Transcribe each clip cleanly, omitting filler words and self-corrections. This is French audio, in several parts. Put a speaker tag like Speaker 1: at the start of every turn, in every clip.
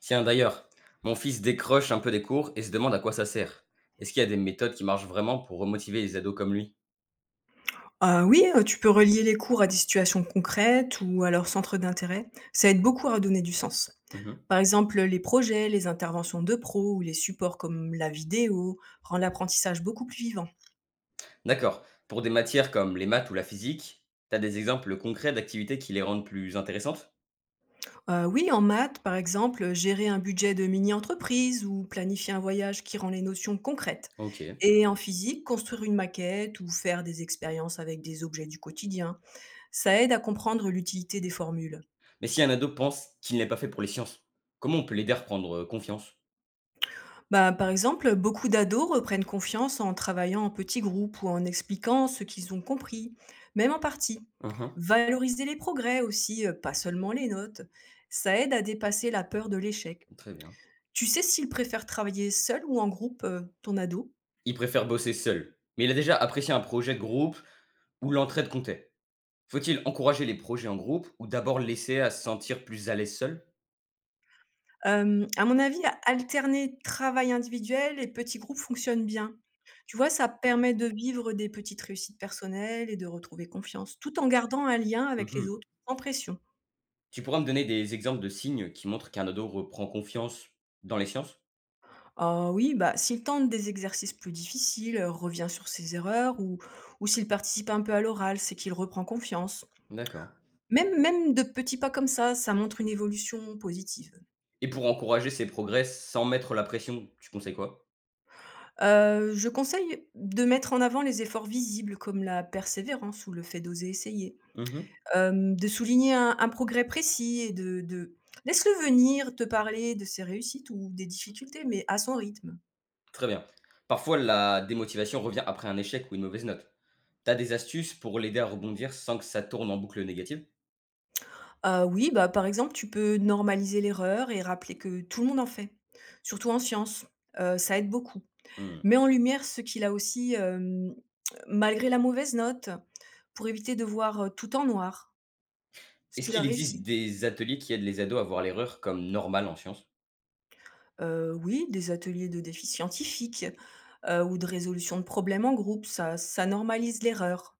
Speaker 1: Tiens, d'ailleurs, mon fils décroche un peu des cours et se demande à quoi ça sert. Est-ce qu'il y a des méthodes qui marchent vraiment pour remotiver les ados comme lui?
Speaker 2: Oui, Tu peux relier les cours à des situations concrètes ou à leur centre d'intérêt. Ça aide beaucoup à donner du sens.
Speaker 1: Mhm.
Speaker 2: Par exemple, les projets, les interventions de pros ou les supports comme la vidéo rendent l'apprentissage beaucoup plus vivant.
Speaker 1: D'accord. Pour des matières comme les maths ou la physique, t'as des exemples concrets d'activités qui les rendent plus intéressantes?
Speaker 2: Oui, en maths, par exemple, gérer un budget de mini-entreprise ou planifier un voyage qui rend les notions concrètes.
Speaker 1: Ok.
Speaker 2: Et en physique, construire une maquette ou faire des expériences avec des objets du quotidien, ça aide à comprendre l'utilité des formules.
Speaker 1: Mais si un ado pense qu'il n'est pas fait pour les sciences, comment on peut l'aider à reprendre confiance?
Speaker 2: Bah, par exemple, beaucoup d'ados reprennent confiance en travaillant en petits groupes ou en expliquant ce qu'ils ont compris, même en partie.
Speaker 1: Mhm.
Speaker 2: Valoriser les progrès aussi, pas seulement les notes. Ça aide à dépasser la peur de l'échec.
Speaker 1: Très bien.
Speaker 2: Tu sais s'ils préfèrent travailler seul ou en groupe, ton ado.
Speaker 1: Il préfère bosser seul, mais il a déjà apprécié un projet de groupe où l'entraide comptait. Faut-il encourager les projets en groupe ou d'abord le laisser à se sentir plus à l'aise seul?
Speaker 2: À mon avis, alterner travail individuel et petits groupes fonctionne bien. Tu vois, ça permet de vivre des petites réussites personnelles et de retrouver confiance, tout en gardant un lien avec les
Speaker 1: Mhm.
Speaker 2: autres, sans pression.
Speaker 1: Tu pourras me donner des exemples de signes qui montrent qu'un ado reprend confiance dans les sciences?
Speaker 2: Ah oui, bah, s'il tente des exercices plus difficiles, revient sur ses erreurs ou s'il participe un peu à l'oral, c'est qu'il reprend confiance.
Speaker 1: D'accord.
Speaker 2: Même, même de petits pas comme ça montre une évolution positive.
Speaker 1: Et pour encourager ses progrès sans mettre la pression, tu conseilles quoi?
Speaker 2: Je conseille de mettre en avant les efforts visibles comme la persévérance ou le fait d'oser essayer.
Speaker 1: Mhm.
Speaker 2: De souligner un progrès précis et de… Laisse-le venir te parler de ses réussites ou des difficultés, mais à son rythme.
Speaker 1: Très bien. Parfois, la démotivation revient après un échec ou une mauvaise note. T'as des astuces pour l'aider à rebondir sans que ça tourne en boucle négative?
Speaker 2: Oui, bah, par exemple, tu peux normaliser l'erreur et rappeler que tout le monde en fait, surtout en sciences, ça aide beaucoup.
Speaker 1: Mmh.
Speaker 2: Mets en lumière ce qu'il a aussi, malgré la mauvaise note, pour éviter de voir, tout en noir, ce
Speaker 1: Est-ce
Speaker 2: qu'il a
Speaker 1: qu'il existe
Speaker 2: réussi.
Speaker 1: des ateliers qui aident les ados à voir l'erreur comme normale en sciences?
Speaker 2: Oui, des ateliers de défis scientifiques, ou de résolution de problèmes en groupe, ça normalise l'erreur.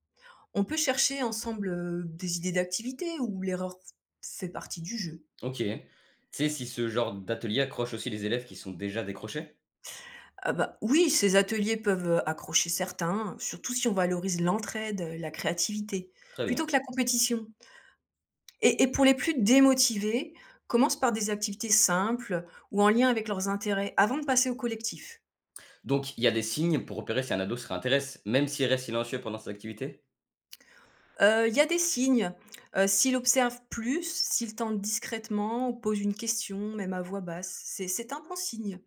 Speaker 2: On peut chercher ensemble, des idées d'activités où l'erreur fait partie du jeu.
Speaker 1: OK. Tu sais si ce genre d'atelier accroche aussi les élèves qui sont déjà décrochés?
Speaker 2: Ah bah, oui, ces ateliers peuvent accrocher certains, surtout si on valorise l'entraide, la créativité,
Speaker 1: Très bien.
Speaker 2: plutôt que la compétition. Et pour les plus démotivés, commence par des activités simples ou en lien avec leurs intérêts avant de passer au collectif.
Speaker 1: Donc il y a des signes pour repérer si un ado se réintéresse, même s'il reste silencieux pendant ses activités?
Speaker 2: Il y a des signes. S'il observe plus, s'il tente discrètement, ou pose une question, même à voix basse, c'est un bon signe.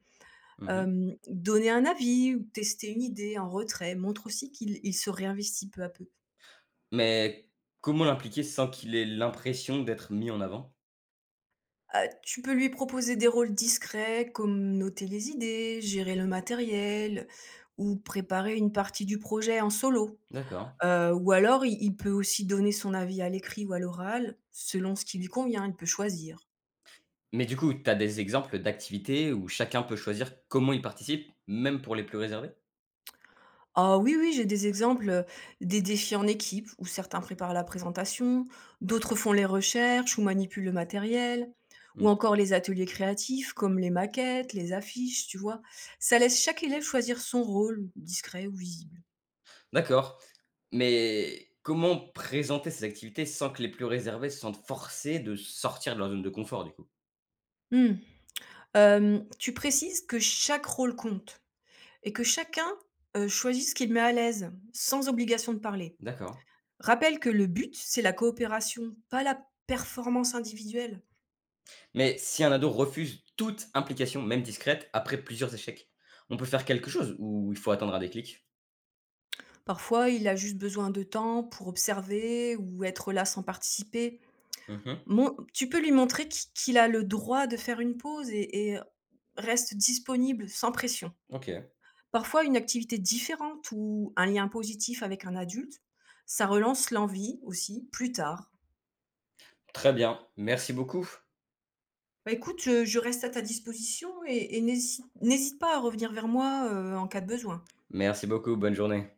Speaker 1: Mmh.
Speaker 2: Donner un avis ou tester une idée en retrait montre aussi qu'il il se réinvestit peu à peu.
Speaker 1: Mais comment l'impliquer sans qu'il ait l'impression d'être mis en avant?
Speaker 2: Tu peux lui proposer des rôles discrets comme noter les idées, gérer le matériel ou préparer une partie du projet en solo.
Speaker 1: D'accord.
Speaker 2: Ou alors il peut aussi donner son avis à l'écrit ou à l'oral, selon ce qui lui convient, il peut choisir.
Speaker 1: Mais du coup, tu as des exemples d'activités où chacun peut choisir comment il participe, même pour les plus réservés?
Speaker 2: Ah oui, oui, j'ai des exemples, des défis en équipe où certains préparent la présentation, d'autres font les recherches ou manipulent le matériel,
Speaker 1: Mmh.
Speaker 2: ou encore les ateliers créatifs comme les maquettes, les affiches, tu vois? Ça laisse chaque élève choisir son rôle, discret ou visible.
Speaker 1: D'accord, mais comment présenter ces activités sans que les plus réservés se sentent forcés de sortir de leur zone de confort, du coup?
Speaker 2: Mmh. Tu précises que chaque rôle compte et que chacun, choisit ce qui le met à l'aise, sans obligation de parler.
Speaker 1: D'accord.
Speaker 2: Rappelle que le but, c'est la coopération, pas la performance individuelle.
Speaker 1: Mais si un ado refuse toute implication, même discrète, après plusieurs échecs, on peut faire quelque chose ou il faut attendre un déclic?
Speaker 2: Parfois, il a juste besoin de temps pour observer ou être là sans participer.
Speaker 1: Mmh.
Speaker 2: Mon tu peux lui montrer qu'il a le droit de faire une pause et reste disponible sans pression.
Speaker 1: OK.
Speaker 2: Parfois, une activité différente ou un lien positif avec un adulte, ça relance l'envie aussi plus tard.
Speaker 1: Très bien. Merci beaucoup.
Speaker 2: Bah, écoute, je reste à ta disposition et n'hésite pas à revenir vers moi, en cas de besoin.
Speaker 1: Merci beaucoup. Bonne journée.